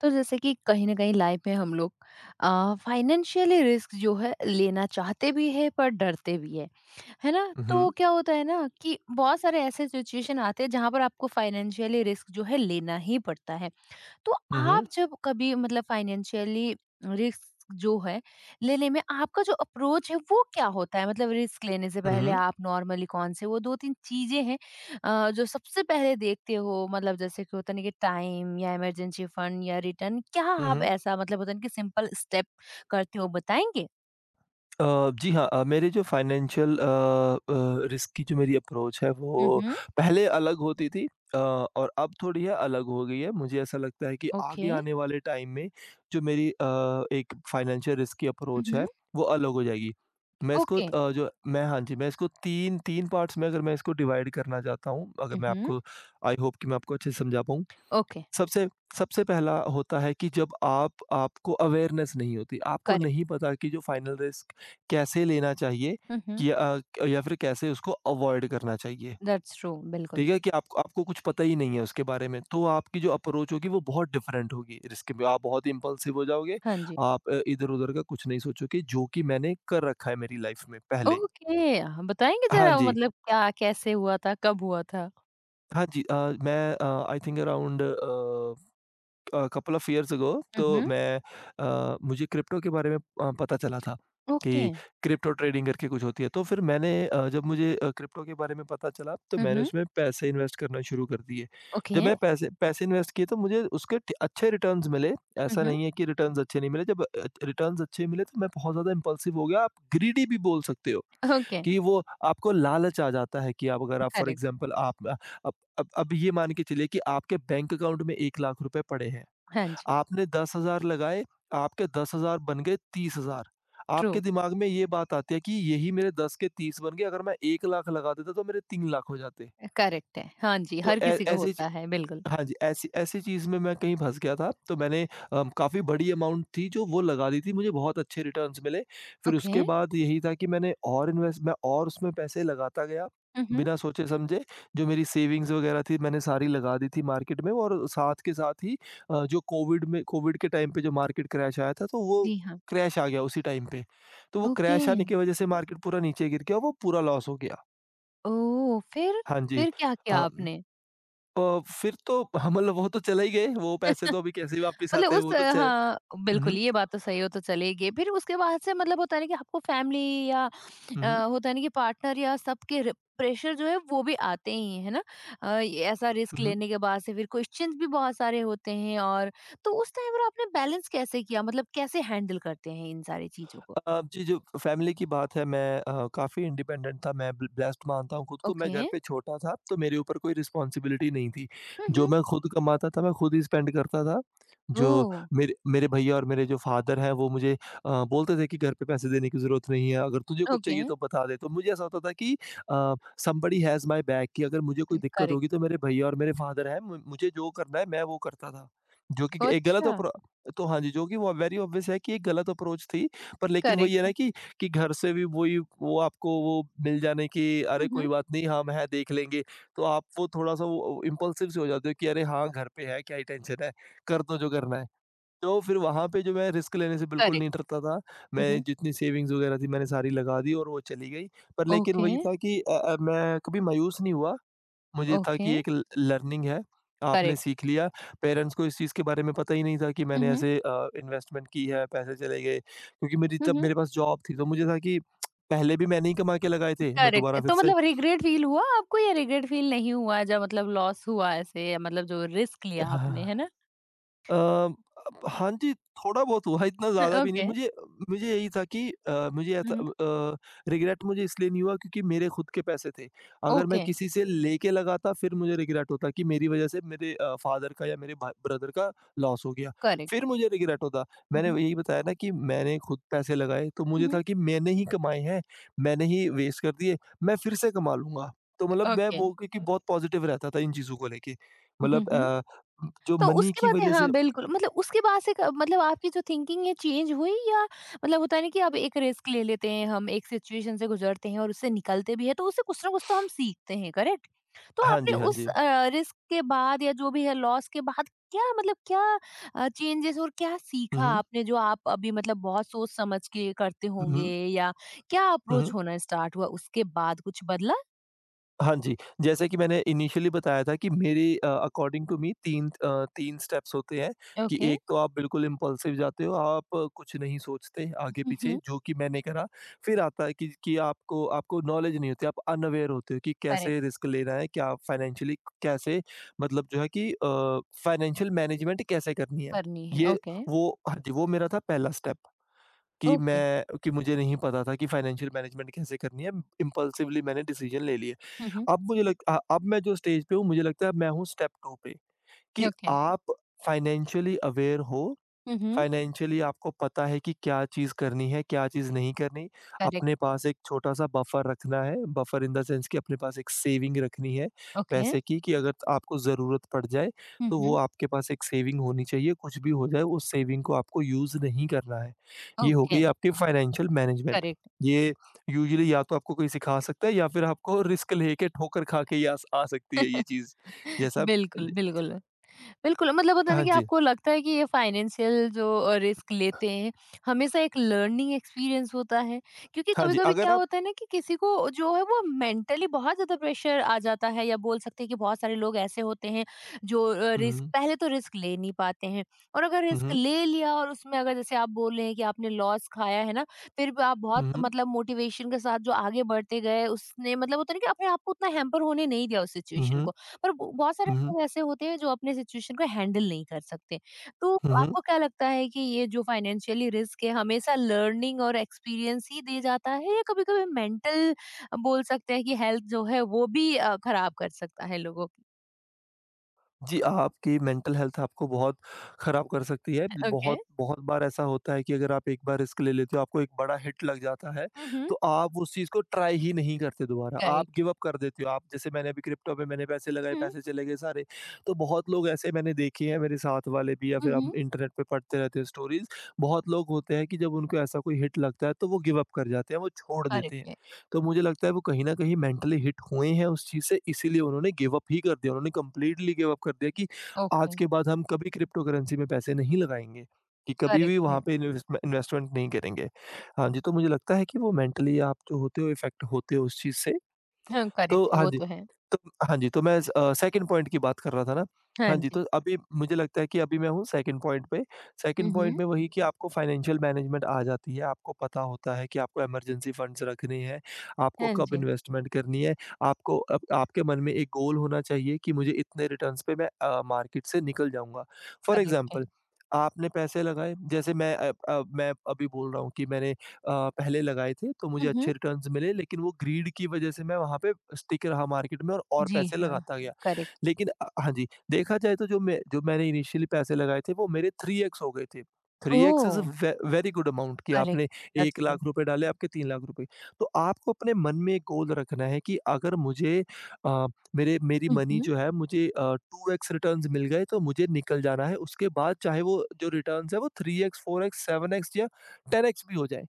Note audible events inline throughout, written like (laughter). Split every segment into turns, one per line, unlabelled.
तो जैसे कि कहीं ना कहीं लाइफ में हम लोग फाइनेंशियली रिस्क जो है लेना चाहते भी है पर डरते भी है। है ना?
हुँ,
तो
हुँ,
क्या होता है ना कि बहुत सारे ऐसे सिचुएशन आते हैं जहां पर आपको फाइनेंशियली रिस्क जो है लेना ही पड़ता है। तो आप
हुँ,
जब कभी मतलब फाइनेंशियली रिस्क जो है लेने में आपका जो अप्रोच है वो क्या होता है, मतलब रिस्क लेने से पहले
हुँ,
आप नॉर्मली कौन से वो दो तीन चीजें हैं जो सबसे पहले देखते हो, मतलब जैसे कि होता नहीं कि टाइम या इमरजेंसी फंड या रिटर्न क्या।
हुँ,
आप
हुँ।
ऐसा मतलब होता नहीं कि सिंपल स्टेप करते हो बताएंगे।
जी हाँ, मेरे जो फाइनेंशियल रिस्क की जो मेरी अप्रोच है वो
हम्म।
पहले अलग होती थी। और अब थोड़ी है अलग हो गई है। मुझे ऐसा लगता है कि
ओके।
आगे आने वाले टाइम में जो मेरी एक फाइनेंशियल रिस्क की अप्रोच
हम्म।
है वो अलग हो जाएगी। मैं इसको
ओके।
अ, जो मैं हाँ जी, मैं इसको 3 पार्ट्स में अगर मैं इसको डिवाइड करना चाहता हूँ, अगर मैं
हम्म।
आपको आई होप कि मैं आपको अच्छे से समझा पाऊँ।
ओके।
सबसे सबसे पहला होता है कि जब आप आपको अवेयरनेस नहीं होती, आपको
करेक्ट।
नहीं पता कि जो फाइनल रिस्क कैसे लेना चाहिए,
हम्म।
कि अ, या फिर कैसे उसको अवॉइड करना चाहिए।
दैट्स ट्रू, बिल्कुल।
ठीक है? कि आपको आपको कुछ पता ही नहीं है उसके बारे में, तो आपकी जो अप्रोच होगी वो बहुत डिफरेंट होगी रिस्क में। आप बहुत इम्पल्सिव हो जाओगे,
हाँ जी।
आप इधर-उधर का कुछ नहीं सोचोगे जो कि मैंने कर रखा है मेरी लाइफ में पहले।
ओके, हाँ, बताएँगे
हाँ
ज़रा
जी।
मतलब क्या कैसे हुआ था? कब हुआ था?
हाँ जी, मैं uh, I think around uh couple of years ago.
हुँ,
तो
हुँ,
मुझे क्रिप्टो के बारे में पता चला था
ओके।
कि क्रिप्टो ट्रेडिंग करके कुछ होती है। जब मुझे क्रिप्टो के बारे में पता चला तो
हुँ,
मैंने
हुँ।
उसमें पैसे इन्वेस्ट करना शुरू कर दिए। जब
ओके।
मैं पैसे पैसे इन्वेस्ट किए तो मुझे उसके ट अच्छे रिटर्न्स मिले।
हुँ,
ऐसा
हुँ।
नहीं है कि रिटर्न्स अच्छे नहीं मिले। जब रिटर्न्स अच्छे मिले तो मैं बहुत ज़्यादा इम्पल्सिव हो गया। आप ग्रीडी भी बोल सकते हो
ओके।
कि वो आपको लालच आ जाता है कि आप अगर आप फॉर
करेक्ट,
एग्ज़ाम्पल आप अब ये मान के चलिए कि आपके बैंक अकाउंट में 1 लाख रुपए पड़े हैं।
हाँ जी,
आपने 10,000 लगाए, आपके 10,000 बन गए 30,000।
ट्रू।
आपके दिमाग में ये बात आती है कि यही मेरे 10 के 30 बन गए, अगर मैं 1 लाख लगा देता तो मेरे 3 लाख हो जाते।
करेक्ट है। हाँ जी,
तो
हर
ऐ
किसी को
ऐसी ची
होता है, बिल्कुल।
हाँ जी, ऐसी ऐसी चीज़ में मैं कहीं फँस गया था, तो मैंने काफ़ी बड़ी अमाउंट थी जो वो लगा दी थी, मुझे बहुत अच्छे रिटर्न्स मिले। फिर
ओके।
उसके बाद यही था कि मैं और उसमें पैसे लगाता गया,
हुँ, हुँ।
बिना सोचे-समझे। जो मेरी सेविंग्स वगैरह थी, मैंने सारी लगा दी थी मार्केट में, और साथ के साथ ही जो कोविड के टाइम पे जो मार्केट क्रैश आया था, तो वो
जी हाँ।
क्रैश आ गया उसी टाइम पे। तो वो
ओके।
क्रैश आने की वज़ह से मार्केट पूरा नीचे गिर गया, वो पूरा लॉस हो गया।
ओह! फिर?
हाँ जी।
फिर क्या किया
अ
आपने?
अ, फिर तो ह मतलब वो तो चले ही गए, वो पैसे तो अभी कैसे वापस
मतलब
आते हैं,
उस
वो तो च
हाँ,
हुँ,
बिल्कुल
हुँ,
ये बात तो सही हो तो चलेगी। फिर उसके बाद से मतलब होता है ना कि आपको फैमिली या
हुँ, हुँ,
होता है ना कि पार्टनर या सबके र प्रेशर जो है वो भी आते ही है ना? ये ऐसा रिस्क
हुँ।
लेने के बाद से फिर क्वेश्चंस भी बहुत सारे होते हैं और तो उस टाइम पर आपने बैलेंस कैसे किया? मतलब कैसे हैंडल करते हैं इन सारी चीज़ों को?
जी, जो फैमिली की बात है, मैं काफ़ी इंडिपेंडेंट था, मैं ब्लेस्ड मानता हूँ खुद को। मैं
ओके।
घर पे छोटा था, तो मेरे ऊपर कोई रिस्पॉन्सिबिलिटी नहीं थी।
हुँ,
जो
हुँ।
मैं खुद कमाता था, मैं खुद ही स्पेंड करता था। जो
ओह!
मेरे मेरे भैया और मेरे जो फादर हैं, वो मुझे बोलते थे कि, "घर पे पैसे देने की ज़रूरत नहीं है, अगर तुझे कुछ
ओके।
चाहिए तो बता दे।" तो मुझे ऐसा होता था कि uh, somebody has my back, कि अगर मुझे कोई दिक्कत
करेक्ट।
होगी, तो मेरे भैया और मेरे फादर हैं, मु मुझे जो करना है, मैं वो करता था। जो कि एक गलत
अच्छा,
अप्रो तो हाँ जी, जो कि वो वेरी ऑब्वियस है कि एक गलत अप्रोच थी। पर लेकिन
करेक्ट
वही है ना
है।
कि घर से भी वही वो आपको वो मिल जाने की,
हुँ,
अरे
हुँ।
कोई बात नहीं हम हैं देख लेंगे। तो आप वो थोड़ा-सा वो इम्पल्सिव से हो जाते हो कि अरे हाँ, घर पे है, क्या ही टेंशन है, कर दो जो करना है। तो फिर वहाँ पे जो मैं रिस्क लेने से बिल्कुल
करेक्ट।
नहीं डरता था।
हुँ,
मैं
हुँ।
जितनी सेविंग्स वगैरह थी, मैंने सारी लगा दी और वो चली गई। पर लेकिन
ओके,
वही था कि मैं कभी मायूस नहीं हुआ। मुझे था
ओके।
कि एक ल लर्निंग है, आपने
करेक्ट।
सीख लिया। पेरेंट्स को इस चीज़ के बारे में पता ही नहीं था कि
हुँ,
मैंने
हुँ।
ऐसे इन्वेस्टमेंट की है, पैसे चले गए। क्योंकि मेरी
हुँ,
जब
हुँ।
मेरे पास जॉब थी तो मुझे था कि पहले भी मैंने ही कमा के लगाए थे, मैं
करेक्ट है।
दोबारा फिर
तो
से
मतलब रिग्रेट फील हुआ आपको या रिग्रेट फील नहीं हुआ जब मतलब लॉस हुआ ऐसे मतलब जो रिस्क लिया आपने है ना?
(laughs) अ, अब हाँ जी, थोड़ा-बहुत हुआ, इतना
(laughs)
ज़्यादा भी नहीं।
ओके।
मुझे मुझे यही था कि मुझे
हुँ,
ऐसा
हुँ।
रिग्रेट मुझे इसलिए नहीं हुआ क्योंकि मेरे खुद के पैसे थे। अगर मैं
ओके,
किसी से लेके लगाता, फिर मुझे रिग्रेट होता कि मेरी वज़ह से मेरे फादर का या मेरे भा ब्रदर का लॉस हो गया।
करेक्ट।
फिर मुझे रिग्रेट होता।
हुँ,
मैंने
हुँ।
यही बताया ना कि मैंने खुद पैसे लगाए, तो
हुँ,
मुझे था
हुँ।
कि मैंने ही कमाए हैं, मैंने ही वेस्ट कर दिए, मैं फिर से कमा लूँगा। तो मतलब मैं
ओके।
वो क्योंकि बहुत पॉज़िटिव रहता था इन चीज़ों को लेके।
हम्म,
मतलब
हम्म।
जो
तो
मनी
उसके
की
बाद
वज़ह
हाँ,
से।
बिल्कुल मतलब उसके बाद से क मतलब आपकी जो थिंकिंग है चेंज हुई या मतलब होता है ना कि अब एक रिस्क ले लेते हैं हम, एक सिचुएशन से गुज़रते हैं और उससे निकलते भी हैं, तो उससे कुछ ना कुछ तो हम सीखते हैं, करेक्ट? तो
हाँ
आपने
जी, हाँ
उस
जी।
रिस्क के बाद या जो भी है लॉस के बाद क्या मतलब क्या चेंजेज़ और क्या
हुँ,
सीखा
हुँ।
आपने जो आप अभी मतलब बहुत सोच समझ के करते
हुँ,
होंगे
हुँ।
या क्या
हुँ,
अप्रोच
हुँ।
होना स्टार्ट हुआ उसके बाद कुछ बदला?
हाँ जी, जैसे कि मैंने इनिशियली बताया था कि मेरे अकॉर्डिंग टू मी 3 स्टेप्स होते हैं, कि
ओके।
एक तो आप बिल्कुल इम्पल्सिव जाते हो, आप कुछ नहीं सोचते
हुँ,
आगे-पीछे
हुँ।
जो कि मैंने करा। फिर आता है कि आपको आपको नॉलेज नहीं होती, आप अनअवेयर होते हो कि
करेक्ट,
कैसे रिस्क लेना है, क्या फाइनेंशियली कैसे, मतलब जो है कि फाइनेंशियल मैनेजमेंट कैसे करनी है।
करनी है।
ये
ओके,
वो हाँ जी, वो मेरा था पहला स्टेप।
ओके।
कि मुझे नहीं पता था कि फाइनेंशियल मैनेजमेंट कैसे करनी है, इम्पल्सिवली मैंने डिसीजन ले लिए।
हुँ, हुँ।
अब मुझे लग अ, अब मैं जो स्टेज पे हूँ, मुझे लगता है मैं हूँ स्टेप 2 पे, कि
ओके।
आप फाइनेंशियली अवेयर हो।
हुँ, हुँ।
फाइनेंशियली आपको पता है कि क्या चीज़ करनी है, क्या चीज़ नहीं करनी। अपने
करेक्ट,
पास एक छोटा-सा बफर रखना है, बफर इन द सेंस कि अपने पास एक सेविंग रखनी है
ओके।
पैसे की, कि अगर आपको ज़रूरत पड़ जाए,
हुँ,
तो वो
हुँ,
आपके पास एक सेविंग होनी चाहिए। कुछ भी हो जाए, उस सेविंग को आपको यूज़ नहीं करना है। ये हो
ओके,
गई आपकी फाइनेंशियल मैनेजमेंट।
करेक्ट।
ये यूजुअली या तो आपको कोई सिखा सकता है, या फिर आपको रिस्क लेके ठोकर खा के ही आस आ सकती है ये चीज़।
(laughs)
जैसा
बिल्कुल, बिल्कुल। बिल्कुल, मतलब होता है ना
हाँ
कि
जी।
आपको लगता है कि ये फाइनेंशियल जो रिस्क लेते हैं, हमेशा एक लर्निंग एक्सपीरियंस होता है। क्योंकि
हाँ जी,
कभी-कभी
अगर
क्या
आप
होता है ना कि किसी को जो है वो मेंटली बहुत ज़्यादा प्रेशर आ जाता है या बोल सकते हैं कि बहुत सारे लोग ऐसे होते हैं जो रिस्क
हुँ,
पहले तो रिस्क ले नहीं पाते हैं और अगर
हुँ,
रिस्क
हुँ,
ले लिया और उसमें अगर जैसे आप बोल रहे हैं कि आपने लॉस खाया है ना, फिर भी आप बहुत
हुँ,
मतलब मोटिवेशन के साथ जो आगे बढ़ते गए उसने मतलब होता है ना कि अपने आप को उतना हैम्पर होने नहीं दिया उस
हुँ,
सिचुएशन को।
हुँ।
पर ब बहुत सारे
हुँ, हुँ।
लोग ऐसे होते हैं जो अपने सिचुएशन को हैंडल नहीं कर सकते। तो
हुँ, हुँ।
आपको क्या लगता है कि ये जो फाइनेंशियली रिस्क है हमेशा लर्निंग और एक्सपीरियंस ही दे जाता है या कभी-कभी मेंटल बोल सकते हैं कि हेल्थ जो है वो भी खराब कर सकता है लोगों की?
जी, आपकी मेंटल हेल्थ आपको बहुत ख़राब कर सकती है।
ओके।
बहुत बहुत बार ऐसा होता है कि अगर आप एक बार रिस्क ले लेते हो, आपको एक बड़ा हिट लग जाता है,
हुँ, हुँ।
तो आप उस चीज़ को ट्राई ही नहीं करते दोबारा। आप
करेक्ट।
गिव अप कर देते हो। आप, जैसे मैंने अभी क्रिप्टो पे मैंने पैसे लगाए,
हुँ,
पैसे चले गए सारे। तो बहुत लोग ऐसे मैंने देखे हैं, मेरे साथ वाले भी, या
हुँ,
फिर
हुँ।
हम इंटरनेट पे पढ़ते रहते हैं स्टोरीज़। बहुत लोग होते हैं कि जब उनको ऐसा कोई हिट लगता है, तो वो गिव अप कर जाते हैं, वो छोड़ देते
करेक्ट
हैं।
है।
तो मुझे लगता है वो कहीं न कहीं मेंटली हिट हुए हैं उस चीज़ से, इसीलिए उन्होंने गिव अप ही कर दिया। उन्होंने कंप्लीटली गिव अप कर दिया कि
ओके।
आज के बाद हम कभी क्रिप्टोकरेंसी में पैसे नहीं लगाएँगे, कि कभी भी
करेक्ट है।
वहाँ पे इन्वेस्टमेंट नहीं करेंगे। हाँ जी, तो मुझे लगता है कि वो मेंटली आप जो होते हो, इफ़ेक्ट होते हो उस चीज़ से।
हाँ,
तो
करेक्ट है
हाँ
वो
जी,
तो है।
तो हाँ जी, तो मैं सेकंड पॉइंट की बात कर रहा था ना।
हाँ
हाँ जी,
जी।
तो अभी मुझे लगता है कि अभी मैं हूँ सेकंड पॉइंट पे।
हुँ,
सेकंड पॉइंट
हुँ।
में वही कि आपको फाइनेंशियल मैनेजमेंट आ जाती है, आपको पता होता है कि आपको इमरजेंसी फंड्स रखने हैं, आपको
हाँ
कब
जी।
इन्वेस्टमेंट करनी है, आपको, अब आपके मन में एक गोल होना चाहिए कि मुझे इतने रिटर्न्स पे मैं मार्केट से निकल जाऊँगा। फॉर
करेक्ट है।
एग्ज़ाम्पल आपने पैसे लगाए, जैसे मैं अभी बोल रहा हूँ कि मैंने पहले लगाए थे तो मुझे
हुँ, हुँ।
अच्छे रिटर्न्स मिले, लेकिन वो ग्रीड की वजह से मैं वहाँ पे स्टिक रहा मार्केट में और
जी
पैसे
हाँ।
लगाता गया।
करेक्ट।
लेकिन हाँ जी, देखा जाए तो जो मैंने इनिशियली पैसे लगाए थे वो मेरे 3x हो गए थे। 3x
oh!
Is a way very good amount कि
करेक्ट।
आपने
दैट्स
1 लाख
ट्रू।
रुपए डाले, आपके 3 लाख रुपए। तो आपको अपने मन में एक गोल रखना है कि अगर मुझे अ, मेरे मेरी
हुँ,
मनी
हुँ।
जो है मुझे 2x रिटर्न्स मिल गए तो मुझे निकल जाना है, उसके बाद चाहे वो जो रिटर्न्स है वो 3x, 4x, 7x या 10x भी हो जाए।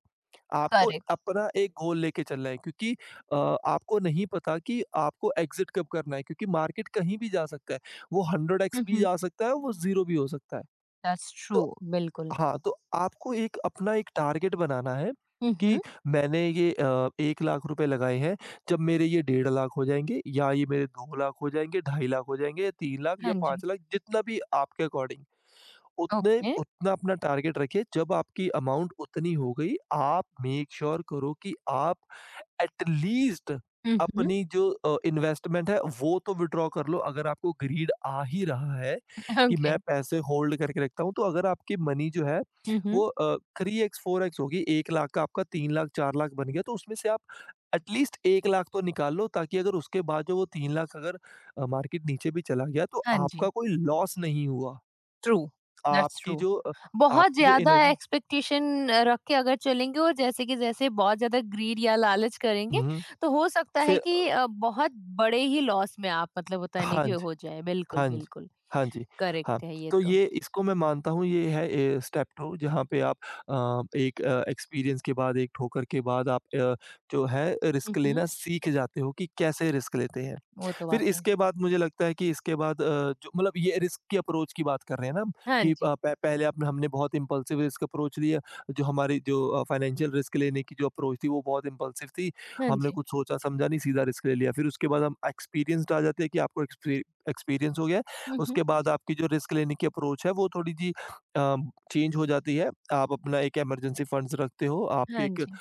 आपको
करेक्ट।
अपना एक गोल लेके चलना है, क्योंकि आपको नहीं पता कि आपको एग्ज़िट कब करना है, क्योंकि मार्केट कहीं भी जा सकता है। वो 100x
हुँ,
भी
हुँ।
जा सकता है, वो 0 भी हो सकता है।
दैट्स ट्रू,
तो
बिल्कुल।
हाँ, तो आपको एक अपना एक टारगेट बनाना है
हुँ,
कि
हुँ।
मैंने ये 1 लाख रुपए लगाए हैं, जब मेरे ये 1.5 लाख हो जाएँगे या ये मेरे 2 लाख हो जाएँगे, 2.5 लाख हो जाएँगे या 3 लाख
हाँ
या
जी,
5 लाख, जितना भी आपके अकॉर्डिंग। उतने
ओके।
उतना अपना टारगेट रखिए, जब आपकी अमाउंट उतनी हो गई, आप मेक श्योर करो कि आप एटलीस्ट
हुँ, हुँ।
अपनी जो इन्वेस्टमेंट है वो तो विथड्रॉ कर लो। अगर आपको ग्रीड आ ही रहा है कि
ओके।
मैं पैसे होल्ड करके रखता हूँ, तो अगर आपकी मनी जो है
हुँ, हुँ।
वो 3x 4x होगी, 1,00,000 का आपका 3,00,000 4,00,000 बन गया, तो उसमें से आप एटलीस्ट 1,00,000 तो निकाल लो, ताकि अगर उसके बाद जो वो 3,00,000 अगर मार्केट नीचे भी चला गया तो
हाँ जी,
आपका कोई लॉस नहीं हुआ।
ट्रू, दैट्स
आपकी
ट्रू।
जो अ,
बहुत
आपकी जो
ज़्यादा
इन्वेस्ट।
एक्सपेक्टेशन रख के अगर चलेंगे और जैसे कि जैसे बहुत ज़्यादा ग्रीड या लालच करेंगे,
हुँ, हुँ।
तो हो सकता है
फिर।
कि बहुत बड़े ही लॉस में आप मतलब होता है ना
हाँ,
कि हो जाएँ। बिल्कुल,
हाँ जी।
बिल्कुल,
हाँ जी, हाँ।
करेक्ट है ये
तो
तो।
ये, इसको मैं मानता हूँ ये है स्टेप 2, जहाँ पे आप एक एक्सपीरियंस के बाद, एक ठोकर के बाद आप जो है,
हुँ,
रिस्क
हुँ,
लेना सीख जाते हो कि कैसे रिस्क लेते हैं।
वो तो
फिर
बात है।
इसके बाद मुझे लगता है कि इसके बाद जो मतलब ये रिस्क की अप्रोच की बात कर रहे हैं ना हम,
हाँ
कि
जी,
प पहले आपने हमने बहुत इम्पल्सिव रिस्क अप्रोच लिया। जो हमारी जो फाइनेंशियल रिस्क लेने की जो अप्रोच थी वो बहुत इम्पल्सिव थी।
हाँ
हमने
जी।
कुछ सोचा-समझा नहीं, सीधा रिस्क ले लिया। फिर उसके बाद हम एक्सपीरियंस्ड आ जाते हैं कि आपको एक्सपीरियंस हो गया है,
हुँ, हुँ।
उसके बाद आपकी जो रिस्क लेने की अप्रोच है वो थोड़ी अ, चेंज हो जाती है। आप अपना एक इमरजेंसी फंड्स रखते हो, आपके
हाँ
एक अ,
जी,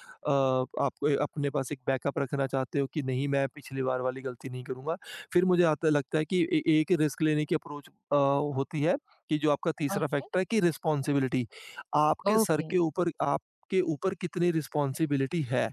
आपको ए- अपने पास एक बैकअप रखना चाहते हो कि नहीं, मैं पिछली बार वाली गलती नहीं करूँगा। फिर मुझे आता लगता है कि ए एक रिस्क लेने की अप्रोच होती है कि जो आपका तीसरा
ओके,
फैक्टर है, कि रिस्पॉन्सिबिलिटी। आपके सर
ओके।
के ऊपर, आपके ऊपर कितनी रिस्पॉन्सिबिलिटी है?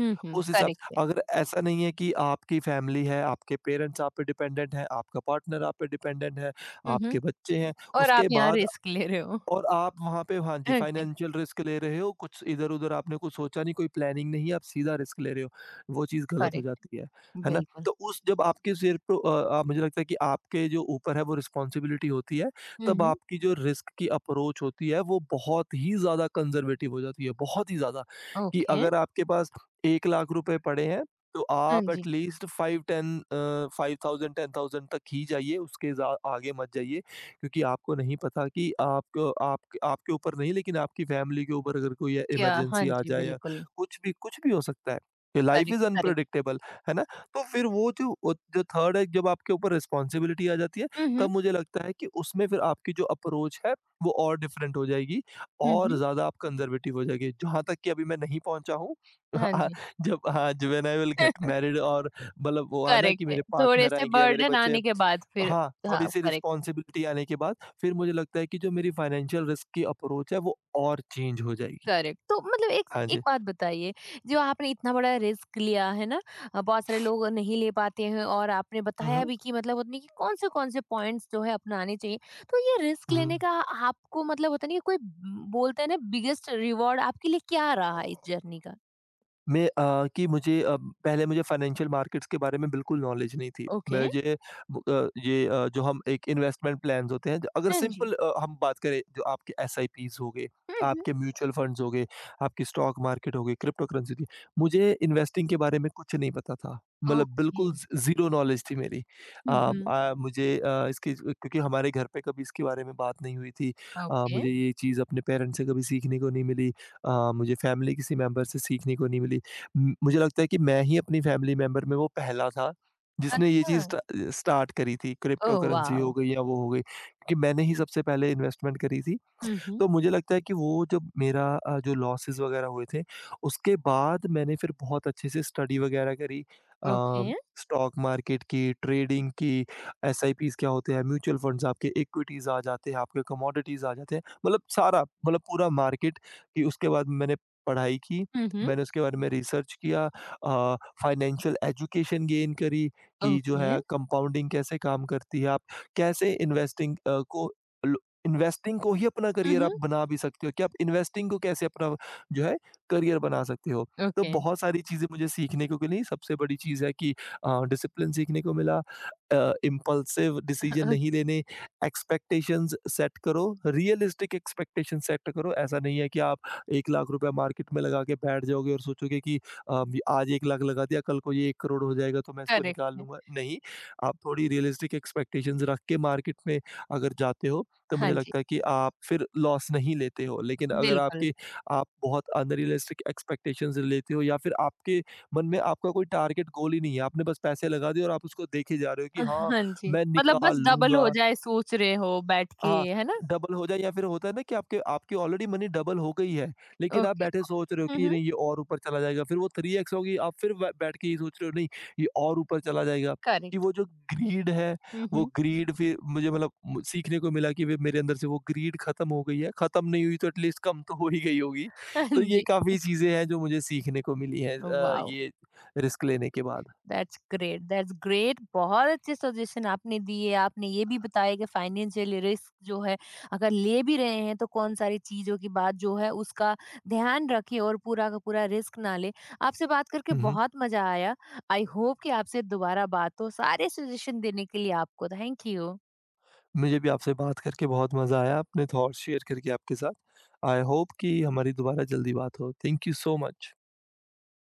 हुँ, हुँ,
उस हिसाब से,
करेक्ट है।
अगर ऐसा नहीं है कि आपकी फैमिली है, आपके पेरेंट्स आप पे डिपेंडेंट हैं, आपका पार्टनर आप पे डिपेंडेंट है,
हुँ, हुँ।
आपके बच्चे हैं,
और आप
उसके
यहाँ
बाद
रिस्क ले रहे हो।
और आप वहाँ पे, हाँ जी,
ओके,
फाइनेंशियल रिस्क ले रहे हो, कुछ इधर-उधर, आपने कुछ सोचा नहीं, कोई प्लानिंग नहीं है, आप सीधा रिस्क ले रहे हो। वो चीज़ गलत हो
करेक्ट
जाती है ना?
बिल्कुल।
तो उस जब आपके सिर पे आप, मुझे लगता है कि आपके जो ऊपर है वो रिस्पॉन्सिबिलिटी होती है,
हुँ,
तब
हुँ।
आपकी जो रिस्क की अप्रोच होती है वो बहुत ही ज़्यादा कंज़र्वेटिव हो जाती है, बहुत ही ज़्यादा कि
ओके,
अगर आपके पास 1 लाख रुपए पड़े हैं, तो
हाँ
आप
जी।
एट लीस्ट 5 10 5,000 10,000 तक ही जाइए, उसके ज़ा आगे मत जाइए। क्योंकि आपको नहीं पता कि आपको आप आपके ऊपर नहीं, लेकिन आपकी फैमिली के ऊपर अगर कोई
क्या हाँ
इमरजेंसी आ
जी,
जाए या
बिल्कुल।
कुछ भी, कुछ भी हो सकता है। Life
correct,
is
correct.
Unpredictable है ना। तो फिर वो जो थर्ड है, जब आपके ऊपर रिस्पॉन्सिबिलिटी आ जाती है,
हुँ, हुँ।
तब मुझे लगता है कि उसमें फिर आपकी जो अप्रोच है वो और डिफरेंट हो जाएगी,
हुँ,
और
हुँ।
ज्यादा आप कंजर्वेटिव हो जाएगी, जहां तक कि अभी मैं नहीं पहुंचा हूँ।
हाँ
(laughs)
जी।
जब आई विल गेट
(laughs)
मैरिड, और मतलब वो, आना कि
करेक्ट है।
मेरे
थोड़े
पार्टनर
से
आएंगे या मेरे
बर्डन
बच्चे।
आने के बाद फिर
हाँ,
हाँ,
थोड़ी-सी
करेक्ट।
रिस्पॉन्सिबिलिटी आने के बाद फिर मुझे लगता है कि जो मेरी फाइनेंशियल रिस्क की अप्रोच है वो और चेंज हो जाएगी।
करेक्ट, तो मतलब एक
हाँ
एक
जी।
बात बताइए, जो आपने इतना बड़ा रिस्क लिया है ना, बहुत सारे लोग नहीं ले पाते हैं और आपने
हुँ,
बताया
हुँ।
भी कि मतलब उतनी कि कौन से पॉइंट्स जो है अपनाने चाहिए। तो ये रिस्क लेने का आपको मतलब होता नहीं है, कोई बोलते हैं ना बिगेस्ट रिवॉर्ड आपके लिए क्या रहा इस
हुँ।
जर्नी का?
मैं अ, कि मुझे अ, पहले मुझे फाइनेंशियल मार्केट्स के बारे में बिल्कुल नॉलेज नहीं थी।
ओके।
मुझे ये जो हम एक इन्वेस्टमेंट प्लान्स होते हैं, जो अगर
हाँ जी।
सिंपल हम बात करें, जो आपके एसआईपीज़ हो गए,
हम्म।
आपके म्यूचुअल फंड्स हो गए, आपकी स्टॉक मार्केट हो गई, क्रिप्टो करेंसी थी। मुझे इन्वेस्टिंग के बारे में कुछ नहीं पता था। मतलब
ओके।
बिल्कुल ज़ ज़ीरो नॉलेज थी मेरी। अ,
हम्म।
मुझे इसकी, क्योंकि हमारे घर पे कभी इसके बारे में बात नहीं हुई थी।
ओके।
मुझे ये चीज़ अपने पेरेंट्स से कभी सीखने को नहीं मिली। मुझे फैमिली किसी मेंबर से सीखने को नहीं मिली। म मुझे लगता है कि मैं ही अपनी फैमिली मेंबर में वो पहला था, जिसने ये चीज़
अच्छा।
स्टार्ट करी थी, क्रिप्टो
ओह
करेंसी
वाओ।
हो गई या वो हो गई, क्योंकि मैंने ही सबसे पहले इन्वेस्टमेंट करी थी।
हम्म।
तो मुझे लगता है कि वो, जब मेरा जो लॉसेस वगैरह हुए थे, उसके बाद मैंने फिर बहुत अच्छे से स्टडी वगैरह करी।
ओके।
स्टॉक मार्केट की, ट्रेडिंग की, एसआईपीज़ क्या होते हैं, म्यूचुअल फंड्स, आपके इक्विटीज़ आ जाते हैं, आपके कमोडिटीज़ आ जाते हैं। मतलब सारा, मतलब पूरा मार्केट, कि उसके बाद मैंने पढ़ाई की,
हम्म।
मैंने उसके बारे में रिसर्च किया। फाइनेंशियल एजुकेशन गेन करी कि जो
ओके।
है कंपाउंडिंग कैसे काम करती है, आप कैसे इन्वेस्टिंग को ही अपना करियर
हम्म।
आप बना भी सकते हो, कि आप इन्वेस्टिंग को कैसे अपना जो है करियर बना सकते हो। तो
ओके।
बहुत सारी चीज़ें मुझे सीखने को मिली। सबसे बड़ी चीज़ है कि डिसिप्लिन सीखने को मिला, इम्पल्सिव डिसीज़न नहीं
(laughs)
लेने, एक्सपेक्टेशंस सेट करो, रियलिस्टिक एक्सपेक्टेशन सेट करो। ऐसा नहीं है कि आप 1 लाख रुपया मार्केट में लगा के बैठ जाओगे और सोचोगे कि आज 1 लाख लगा दिया, कल को ये 1 करोड़ हो जाएगा तो मैं इसको
करेक्ट
निकाल
है।
लूँगा। नहीं, आप थोड़ी रियलिस्टिक एक्सपेक्टेशंस रख के मार्केट में अगर जाते हो, तो
हाँ
मुझे
जी।
लगता है कि आप फिर लॉस नहीं लेते हो। लेकिन अगर
बिल्कुल।
आपके आप बहुत अनरियलिस्टिक एक्सपेक्टेशंस लेते हो, या फिर आपके मन में आपका कोई टारगेट गोल ही नहीं है, आपने बस पैसे लगा दिए और आप उसको देखे जा रहे हो कि हाँ,
हाँ जी,
मैं
मतलब बस
निकाल
डबल हो
लूँगा।
जाए सोच रहे हो बैठ के,
हाँ,
है ना?
डबल हो जाए, या फिर होता है ना कि आपके आपकी ऑलरेडी मनी डबल हो गई है, लेकिन आप
ओके।
बैठे सोच रहे हो
हुँ,
कि
हुँ,
नहीं, ये और ऊपर चला जाएगा, फिर वो 3x होगी, आप फिर ब बैठ के ये सोच रहे हो, नहीं, ये और ऊपर चला जाएगा, कि
करेक्ट।
वो जो ग्रीड है,
हुँ,
वो
हुँ।
ग्रीड फिर मुझे मतलब म सीखने को मिला कि वे मेरे अंदर से वो ग्रीड खत्म हो गई है, खत्म नहीं हुई तो एट लीस्ट कम तो हो ही गई होगी।
हाँ
तो ये
जी।
काफ़ी चीज़ें हैं जो मुझे सीखने को मिली हैं,
वाओ!
ये रिस्क लेने के बाद।
That's great, that's great. बहुत अच्छे सजेशन आपने दिए, आपने ये भी बताया कि फाइनेंशियल रिस्क जो है अगर ले भी रहे हैं तो कौन सारी चीज़ों की बात जो है उसका ध्यान रखें और पूरा का पूरा रिस्क ना लें। आपसे बात करके
हुँ, हुँ।
बहुत मज़ा आया। आई होप कि आपसे दोबारा बात हो। सारे सजेशन देने के लिए आपको थैंक यू।
मुझे भी आपसे बात करके बहुत मज़ा आया, अपने थॉट्स शेयर करके आपके साथ। आई होप कि हमारी दोबारा जल्दी बात हो। Thank you so much.